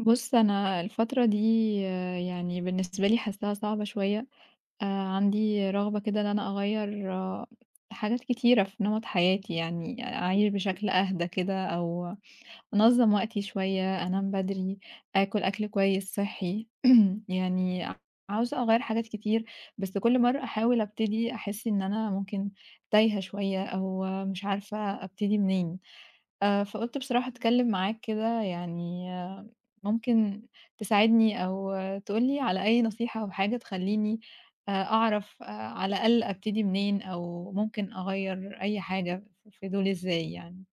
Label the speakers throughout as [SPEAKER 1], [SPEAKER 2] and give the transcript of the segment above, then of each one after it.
[SPEAKER 1] بُص، أنا الفترة دي آه، يعني بالنسبة لي حاساها صعبة شوية، عندي رغبة كده إن أنا أغيّر آه، حاجات كتيرة في نمط حياتي، يعني أعيش بشكل أهدى كده أو أنظّم وقتي شوية، أنام بدري، آكل أكل كويس صحّي. يعني عاوزة أغيّر حاجات كتير، بس كل مرّة أحاول أبتدي أحس إن أنا ممكن تايهة شوية أو مش عارفة أبتدي منين. فقُلت بصراحة أتكلم معاك كده يعني آه، ممكن تساعدني أو تقول لي على أي نصيحة أو حاجة تخلّيني أعرف آه، على الأقل أبتدي منين أو ممكن أغيّر أي حاجة في دول إزاي يعني.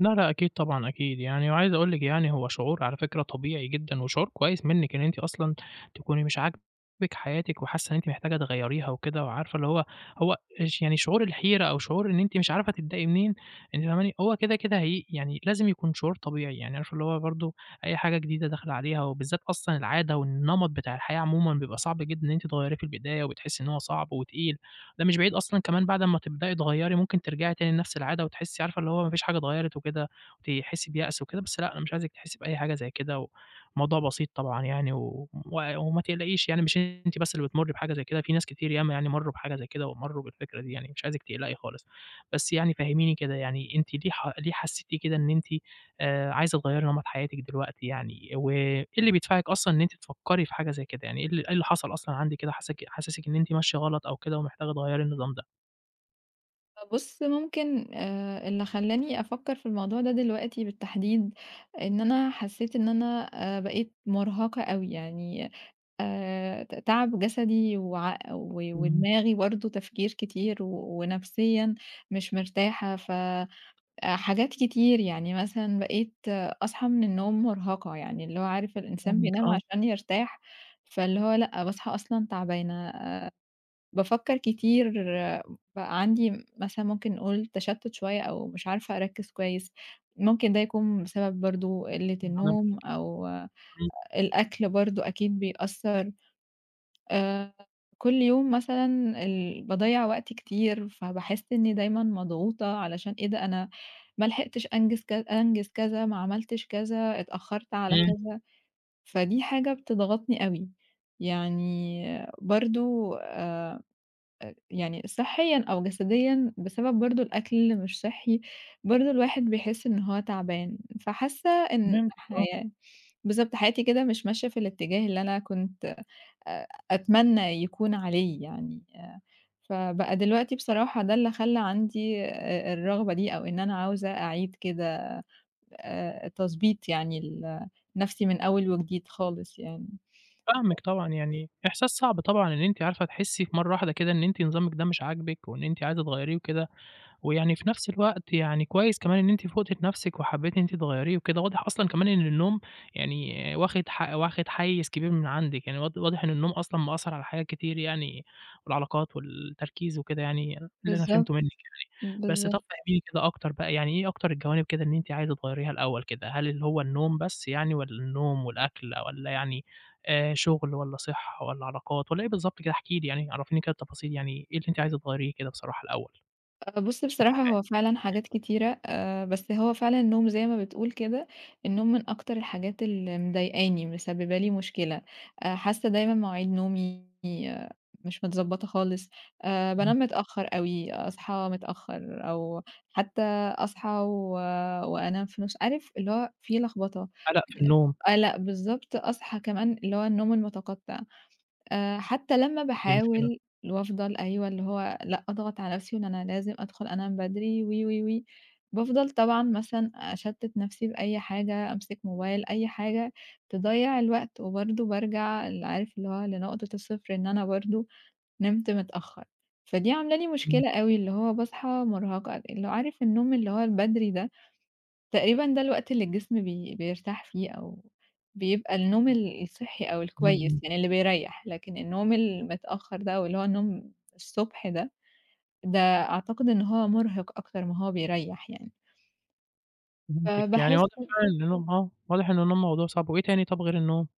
[SPEAKER 2] لا، لأ، أكيد طبعًا، أكيد يعني، وعايز أقول لِك يعني هو شعور على فكرة طبيعي جدًا، وشعور كويس منِّك إن أنتِ أصلًا تكوني مش عاجبِك حياتِك، وحاسة إن أنتِ محتاجة تغيّريها وكده، وعارفة اللي هو هو ش يعني شعور الحيرة أو شعور إن أنتِ مش عارفة تبدئي منين، أنتِ فاهماني، هو كده، كده هي يعني لازم يكون شعور طبيعي، يعني عارفة اللي هو برضه أي حاجة جديدة داخلة عليها، وبالذات أصلًا العادة والنمط بتاع الحياة عمومًا بيبقى صعب جدًا إن أنتِ تغيّريه في البداية، وبتحسي إن هو صعب وتقيل. ده مش بعيد أصلًا كمان بعد أمّا تبدئي تغيّري ممكن ترجعي تاني لنفس العادة وتحسّي عارفة اللي هو ما فيش حاجة اتغيّرت وكده، وتحسّي بيأس وكده، بس لأ، أنا مش عايزِك تحسّي بأي حاجة زي كده، والموضوع بسيط طبعًا يعني و و وما تقلقيش يعني مش أنتِ بس اللي بتمُرّي بحاجة زي كده، في ناس كتير ياما يعني مرّوا بحاجة زي كده ومرّوا بالفكرة دي يعني، مش عايزِك تقلقي خالص. بس يعني فهّميني كده يعني أنتِ ليه حسّيتِ كده إن أنتِ عايزة تغيّري نمط حياتِك دلوقتي يعني، وإيه اللي بيدفعِك أصلًا إن أنتِ تفكّري في حاجة زي كده، يعني إيه اللي حصل أصلًا عندِك كده حساكِ حاسسِك إن أنتِ ماشية غلط أو كده ومحتاجة تغيّري النظام ده؟
[SPEAKER 1] فبُص، ممكن اللي خلّاني أفكّر في الموضوع ده دلوقتي بالتحديد إن أنا حسّيت إن أنا بقيت مرهقة أوي يعني ت تعب جسدي وع و
[SPEAKER 2] إمم،
[SPEAKER 1] ودماغي برضه تفكير كتير ونفسيًا مش مرتاحة. ف حاجات كتير. يعني مثلًا بقيت آه، أصحى من النوم مرهقة، يعني اللي هو عارف الإنسان
[SPEAKER 2] فاهمِك
[SPEAKER 1] بينام
[SPEAKER 2] آه،
[SPEAKER 1] عشان يرتاح، فاللي هو لأ، باصحى أصلًا تعبانة. بافكّر كتير، آه، بقى عندي مثلًا ممكن نقول تشتُّت شوية أو مش عارفة أركِّز كويس، ممكن ده يكون بسبب برضه قِلّة
[SPEAKER 2] عدم
[SPEAKER 1] النوم
[SPEAKER 2] تركيز،
[SPEAKER 1] أو آه،
[SPEAKER 2] إمم،
[SPEAKER 1] الأكل برضه أكيد بيأثّر. آآ كل يوم مثلًا باضيّع وقت كتير، فباحس إنّي دايمًا مضغوطة علشان إيه ده أنا ما لحقتش أنجز كذا، ما عملتش كذا، اتأخّرت على
[SPEAKER 2] إمم،
[SPEAKER 1] كذا، فدي حاجة بتضغطني أوي. يعني برضه أ يعني صحيًا أو جسديًا بسبب برضه الأكل اللي مش صحّي، برضه الواحد بيحس إن هو تعبان، فحاسّة إن
[SPEAKER 2] فهمتِك آه،
[SPEAKER 1] حيا بالضبط، حياتي كده مش ماشية في الاتجاه اللي أنا كنت أتمنى يكون عليه يعني فبقى دلوقتي بصراحة ده اللي خلّى عندي الرغبة دي أو إن أنا عاوزة أعيد كده تضبيط يعني نَفْسي من أول وجديد خالص يعني.
[SPEAKER 2] فاهمِك طبعًا، يعني إحساس صعب طبعًا إن أنتِ عارفة تحسّي في مرّة واحدة كده إن أنتِ نظامِك ده مش عاجبِك وإن أنتِ عايزة تغيّريه وكده. ويعني في نفس الوقت يعني كويس كمان إن أنتِ فوقتِ لنفسِك وحبيتِ إن أنتِ تغيّريه وكده، واضح أصلًا كمان إن النوم يعني واخد حيّز كبير من عندِك، يعني واضح إن النوم أصلًا مأثّر على حاجات كتير يعني، والعلاقات والتركيز وكده يعني، اللي أنا
[SPEAKER 1] بالضبط،
[SPEAKER 2] فهمته منِّك يعني. بس
[SPEAKER 1] بالضبط.
[SPEAKER 2] طَب فهميني كده أكتر بقى، يعني إيه أكتر الجوانب كده إن أنتِ عايزة تغيّريها الأول كده؟ هل اللي هو النوم بس يعني والّا النوم والأكل والّا يعني شغل والّا صحّة والّا علاقات والّا إيه بالضبط كده؟ احكي لي يعني، عرّفيني كده التفاصيل يعني إيه اللي أنتِ عايزة تغيّريه كده بصراحة الأول؟
[SPEAKER 1] بُص بصراحة هو فعلًا حاجات كتيرة، بس هو فعلًا النوم زي ما بتقول كده، النوم من أكتر الحاجات اللي مضايقاني، مسببة لي مشكلة، حاسة دايمًا مواعيد نومي آه، مش متضبطة خالص، بانام متأخر أوي، أصحى متأخر، أو حتى أصحى آه، وأنام في النُص، عارف اللي هو في لخبطة،
[SPEAKER 2] قلق في النوم،
[SPEAKER 1] آه لأ بالضبط، أصحى كمان اللي هو النوم المتقطع. حتى لمّا
[SPEAKER 2] دي مشكلة.
[SPEAKER 1] باحاول وافضل أيوه، اللي هو لأ، أضغط على نفسي وإن أنا لازم أدخل أنام بدري و، و، و، بافضل طبعًا مثلًا أشتِّت نفسي بأي حاجة، أمسك موبايل، أي حاجة تضيّع الوقت، وبرضه بارجع ل عارف اللي هو لنقطة الصفر إن أنا برضه نمت متأخر، فدي عاملة لي
[SPEAKER 2] إمم،
[SPEAKER 1] مشكلة أوي، اللي هو باصحى مرهقة، اللي هو عارف النوم اللي هو البدري ده تقريبًا ده الوقت اللي الجسم بيرتاح فيه أو بيبقى النوم الصحّي أو
[SPEAKER 2] إمم،
[SPEAKER 1] الكويس،
[SPEAKER 2] إمم،
[SPEAKER 1] يعني اللي بيريّح، لكن النوم المتأخّر ده أو اللي هو النوم الصبح ده، ده أعتقد إن هو مُرهِق أكتر ما هو بيريّح يعني.
[SPEAKER 2] فهمتِك، يعني
[SPEAKER 1] فباحس
[SPEAKER 2] واضح فعلًا إن النوم آه، واضح إن النوم موضوع صعب، وإيه تاني طَب غير النوم؟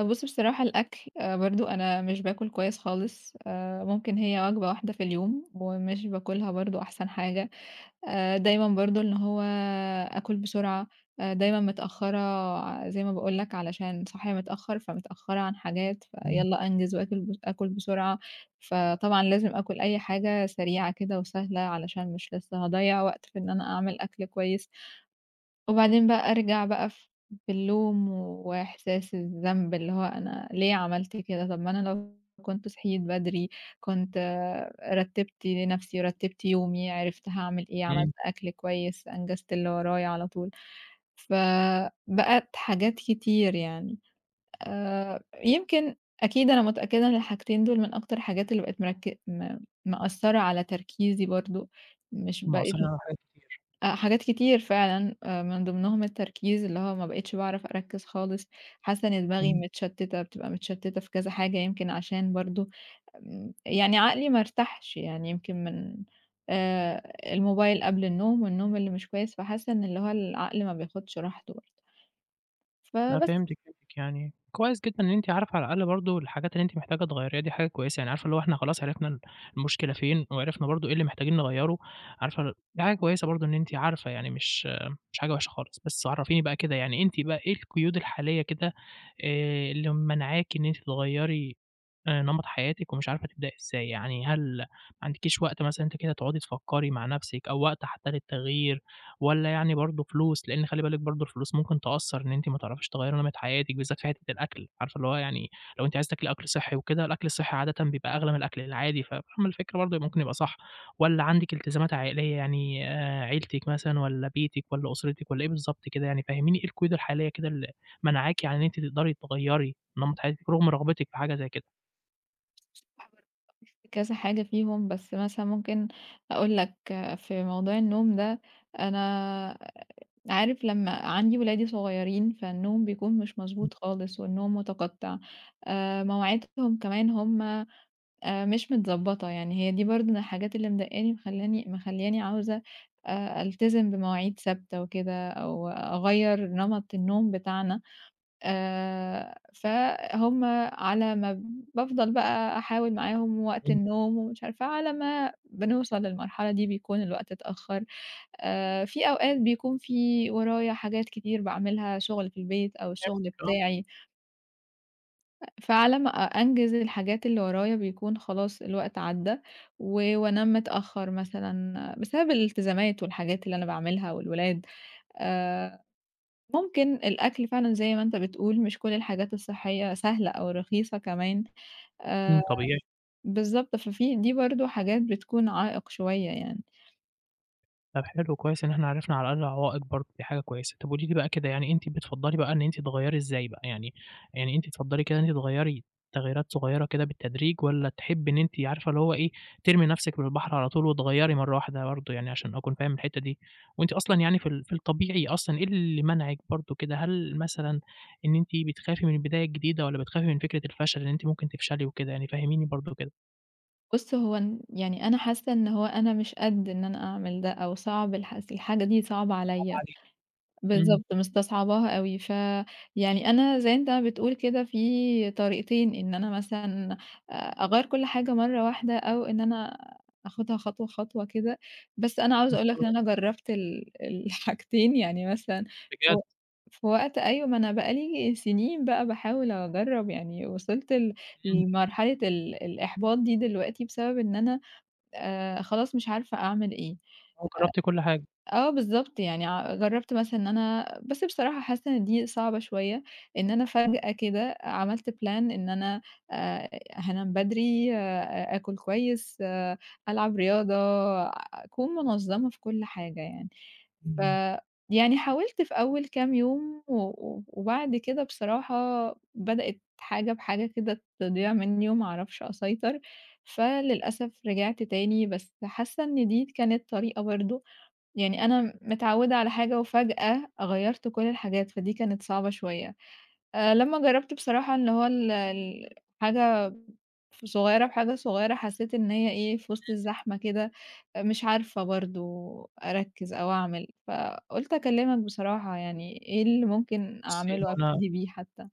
[SPEAKER 1] بُص بصراحة الأكل برضه أنا مش باكُل كويس خالص، ممكن هي وجبة واحدة في اليوم ومش باكُلها برضه أحسن حاجة. دايمًا برضه إن هو آكُل بسرعة، دايمًا متأخّرة زي ما باقول لك علشان صاحية متأخّر، فمتأخّرة عن حاجات،
[SPEAKER 2] إمم،
[SPEAKER 1] فيالّا أنجز وآكل ب آكُل بسرعة، فطبعًا لازم آكُل أي حاجة سريعة كده وسهلة علشان مش لسه هاضيّع وقت في إن أنا أعمل أكل كويس. وبعدين بقى أرجع بقى باللوم وإحساس الذنب، اللي هو أنا ليه عملت كده؟ طب ما أنا لو كنت صحيت بدري، كنت آه، رتّبت نفسي، رتّبت يومي، عرفت هاعمل إيه، عملت
[SPEAKER 2] إمم،
[SPEAKER 1] أكل كويس، أنجزت اللي ورايا على طول. فبقت حاجات كتير يعني. يمكن أكيد أنا متأكدة إن الحاجتين دول من أكتر الحاجات اللي بقت مرك م مأثّرة على تركيزي برضه، مش بقيت
[SPEAKER 2] مأثّرين على حاجات كتير،
[SPEAKER 1] حاجات كتير فعلًا، من ضمنهم التركيز، اللي هو ما بقيتش باعرف أركّز خالص، حاسة إن دماغي
[SPEAKER 2] إمم،
[SPEAKER 1] متشتتة، بتبقى متشتتة في كذا حاجة، يمكن عشان برضه يعني عقلي ما ارتاحش، يعني يمكن من الموبايل قبل النوم والنوم اللي مش كويس، فحاسة إن اللي هو العقل ما بياخدش راحته برضه،
[SPEAKER 2] لأ
[SPEAKER 1] فبس.
[SPEAKER 2] فهمتِك، فهمتِك، يعني كويس جدًا إن أنتِ عارفة على الأقل برضه الحاجات اللي أنتِ محتاجة تغيّريها دي حاجة كويسة، يعني عارفة اللي هو إحنا خلاص عرفنا المشكلة فين، وعرفنا برضه إيه اللي محتاجين نغيّره، عارفة دي حاجة كويسة برضه إن أنتِ عارفة يعني مش حاجة وحشة خالص، بس عرّفيني بقى كده يعني أنتِ بقى إيه القيود الحالية كده اللي مانعاكِ إن أنتِ تغيّري نمط حياتِك ومش عارفة تبدئي إزاي، يعني هل ما عندكيش وقت مثلًا أنتِ كده تقعدي تفكّري مع نَفْسِك أو وقت حتى للتغيير والّا يعني برضه فلوس؟ لإن خلّي بالِك برضه الفلوس ممكن تأثّر إن أنتِ ما تعرفيش تغيّري نمط حياتِك بالذات في حتّة الأكل، عارفة اللي هو يعني لو أنتِ عايزة تاكلي أكل صحّي وكده، الأكل الصحّي عادةً بيبقى أغلى من الأكل العادي، ففاهمة الفكرة برضه ممكن يبقى صح والّا عندِك التزامات عائلية يعني عيلتِك مثلًا والّا بيتِك والّا أسرتِك والّا إيه بالضبط كده يعني؟ فهّميني إيه القيود الحالية كده اللي مانعاكِ عن إن أنتِ تقدري تغيّري نمط حياتِك رغم رغبتِك في حاجة زي كده؟
[SPEAKER 1] في كذا حاجة فيهم، بس مثلًا ممكن أقول لك في موضوع النوم ده، أنا عارف لمّا عندي ولادي صغيرين، فالنوم بيكون مش مضبوط خالص والنوم متقطّع، مواعيدهم كمان هم مش متضبّطة، يعني هي دي برضه من الحاجات اللي مضايقاني مخلّياني عاوزة ألتزم بمواعيد ثابتة وكده أو أغيّر نمط النوم بتاعنا. فهُم على ما بافضل بقى أحاول معاهم وقت
[SPEAKER 2] إمم،
[SPEAKER 1] النوم ومش عارفة على ما بنوصل للمرحلة دي بيكون الوقت اتأخّر، في أوقات بيكون في ورايا حاجات كتير باعملها شُغل في البيت أو الشُغل
[SPEAKER 2] آه،
[SPEAKER 1] بتاعي، فعلى ما أنجز الحاجات اللي ورايا بيكون خلاص الوقت عدّى وأنام متأخّر مثلًا بسبب الالتزامات والحاجات اللي أنا باعملها والولاد. آآ ممكن الأكل فعلًا زي ما أنت بتقول، مش كل الحاجات الصحية سهلة أو رخيصة كمان،
[SPEAKER 2] إمم،
[SPEAKER 1] آآ
[SPEAKER 2] طبيعي.
[SPEAKER 1] بالضبط، ففي دي برضه حاجات بتكون عائق شوية يعني.
[SPEAKER 2] طب حلو كويس إن إحنا عرفنا على الأقل عوائق برضه، دي حاجة كويسة. طب قولي لي بقى كده يعني أنتِ بتفضّلي بقى إن أنتِ تغيّري إزاي بقى، يعني أنتِ تفضّلي كده إن أنتِ تغيّري تغييرات صغيّرة كده بالتدريج والّا تحبّي إن أنتِ عارفة اللي هو إيه، ترمي نَفْسِك بالبحر على طول وتغيّري مرّة واحدة برضه يعني عشان أكون فاهم الحتّة دي؟ وأنتِ أصلًا يعني في الطبيعي أصلًا إيه اللي مانعِك برضه كده، هل مثلًا إن أنتِ بتخافي من البداية الجديدة والّا بتخافي من فكرة الفشل إن أنتِ ممكن تفشلي وكده يعني، فهّميني برضه كده؟
[SPEAKER 1] بُص هو ن يعني أنا حاسة إن هو أنا مش قد إن أنا أعمل ده أو صعب الحس الحاجة دي صعبة
[SPEAKER 2] صعب
[SPEAKER 1] عليَّ.
[SPEAKER 2] عليكِ. إمم،
[SPEAKER 1] بالضبط، مستصعباها أوي. فيعني أنا زي أنت بتقول كده في طريقتين، إن أنا مثلًا أغيّر كل حاجة مرّة واحدة أو إن أنا آخُدها خطوة، خطوة كده. بس أنا عاوزة أقول لك إن أنا
[SPEAKER 2] آه،
[SPEAKER 1] جرّبت الحاجتين، يعني مثلًا في
[SPEAKER 2] بجد،
[SPEAKER 1] و في وقت أيوه، ما أنا بقى لي سنين بقى باحاول أجرّب، يعني وصلت
[SPEAKER 2] إمم.
[SPEAKER 1] لمرحلة الإحباط دي دلوقتي بسبب إن أنا خلاص مش عارفة أعمل إيه.
[SPEAKER 2] آه، جرّبت كل حاجة،
[SPEAKER 1] آه بالضبط، يعني جرّبت مثلًا إن أنا بس بصراحة حاسة إن دي صعبة شوية، إن أنا فجأة كده عملت plan إن أنا هانام بدري، آكل كويس، آه، ألعب رياضة، أكون منظمة في كل حاجة يعني. ف
[SPEAKER 2] إمم،
[SPEAKER 1] يعني حاولت في أول كام يوم و وبعد كده بصراحة بدأت حاجة بحاجة كده تضيع منّي وما أعرفش أسيطر، فللأسف رجعت تاني، بس حاسة إن دي كانت طريقة برضه يعني أنا متعودة على حاجة وفجأة غيّرت كل الحاجات، فدي كانت صعبة شوية. لمّا جرّبت بصراحة اللي هو ال ال حاجة صغيّرة بحاجة صغيّرة، حسّيت إن هي إيه، في وسط الزحمة كده مش عارفة برضه أركّز أو أعمل، فقُلت أكلّمك بصراحة يعني إيه اللي ممكن
[SPEAKER 2] بُصّي هو
[SPEAKER 1] أعمله
[SPEAKER 2] أنا
[SPEAKER 1] أبتدي بيه حتى؟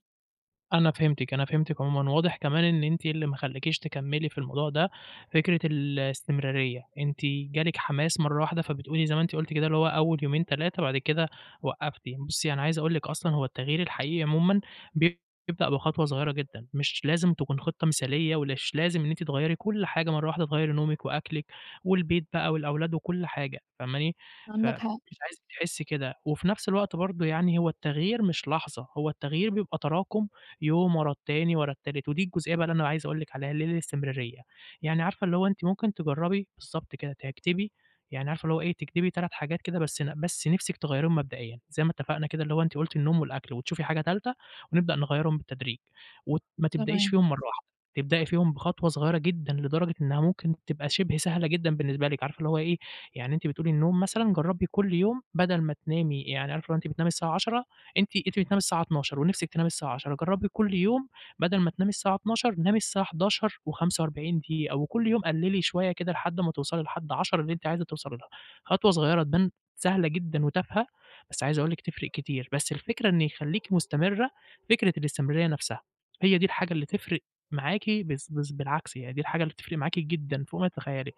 [SPEAKER 2] أنا فهمتِك، أنا فهمتِك عمومًا، واضح كمان إن أنتِ إيه اللي مخلّيكيش تكمّلي في الموضوع ده فكرة الاستمرارية، أنتِ جالِك حماس مرّة واحدة، فبتقولي زي ما أنتِ قُلتِ كده اللي هو أول يومين 3 بعد كده وقّفتِ. بُصّي أنا عايز أقول لِك أصلًا هو التغيير الحقيقي عمومًا بيبدأ بخطوة صغيّرة جدًا، مش لازم تكون خطة مثالية ومش لازم إن أنتِ تغيّري كل حاجة مرّة واحدة، تغيّري نومِك وأكلِك والبيت بقى والأولاد وكل حاجة، فاهماني؟
[SPEAKER 1] عندك حق،
[SPEAKER 2] فمش عايزِك تحسّي كده، وفي نفس الوقت برضه يعني هو التغيير مش لحظة، هو التغيير بيبقى تراكم يوم ورا التاني ورا التالت، ودي الجزئية بقى اللي أنا عايز أقول لِك عليها اللي هي الاستمرارية، يعني عارفة اللي هو أنتِ ممكن تجرّبي بالضبط كده تكتبي يعني عارفة اللي هو إيه، تكتبي 3 حاجات كده بس نِفْسِك تغيّريهم مبدئيًا، زي ما اتفقنا كده اللي هو أنتِ قُلتِ النوم والأكل، وتشوفي حاجة تالتة ونبدأ نغيّرهم بالتدريج، وما تبدئيش
[SPEAKER 1] تمام.
[SPEAKER 2] فيهم مرّة واحدة، تبدئي فيهم بخطوة صغيّرة جدًا لدرجة إنها ممكن تبقى شِبه سهلة جدًا بالنسبة لِك، عارفة اللي هو إيه، يعني أنتِ بتقولي النوم مثلًا جرّبي كل يوم بدل ما تنامي يعني عارفة لو أنتِ بتنامي الساعة 22:00 أنتِ بتنامي الساعة 00:00 ونِفْسِك تنامي الساعة 22:00 جرّبي كل يوم بدل ما تنامي الساعة 00:00 نامي الساعة 23:45 دقيقة، وكل يوم قلّلي شوية كده لحد ما توصلي لحد 10 اللي أنتِ عايزة توصلي لها، خطوة صغيرة تبان سهلة جدًا وتافهة، بس عايز أقول لِك تفرق كتير، بس الفكرة إن يخلّيكِ مستمرة فكرة الاستمرارية نَفْسها، هي دي الحاجة اللي تفرق معاكِ بس بالعكس يعني دي الحاجة اللي بتفرق معاكِ جدًا فوق ما تتخيّلي.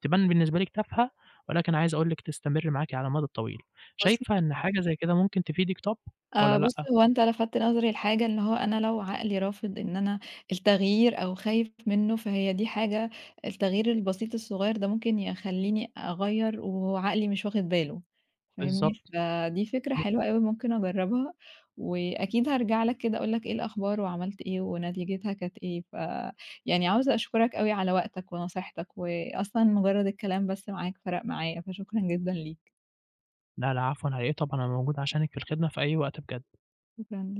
[SPEAKER 2] تبان بالنسبة لِك تافهة، ولكن عايز أقول لِك تستمر معاكِ على المدى الطويل.
[SPEAKER 1] بُص
[SPEAKER 2] شايفة إن حاجة زي كده ممكن تفيدِك طب والّا
[SPEAKER 1] بُص،
[SPEAKER 2] لأ؟
[SPEAKER 1] هو أنت لفتت نظري لحاجة، إن هو أنا لو عقلي رافض إن أنا التغيير أو خايف منّه، فهي دي حاجة التغيير البسيط الصغير ده ممكن يخلّيني أغيّر وهو عقلي مش واخد باله، فاهمني؟
[SPEAKER 2] بالضبط،
[SPEAKER 1] فدي فكرة
[SPEAKER 2] إمم.
[SPEAKER 1] حلوة أوي ممكن أجرّبها، وأكيد هارجع لك كده أقول لك إيه الأخبار وعملت إيه ونتيجتها كانت إيه، يعني عاوزة أشكرك أوي على وقتك ونصيحتك، وأصلًا مجرّد الكلام بس معاك فرَق معايا، فشكرًا جدًا ليك.
[SPEAKER 2] لا، لا عفوًا على إيه طبعًا أنا موجود عشانِك في الخدمة في أي وقت بجد.
[SPEAKER 1] شكرًا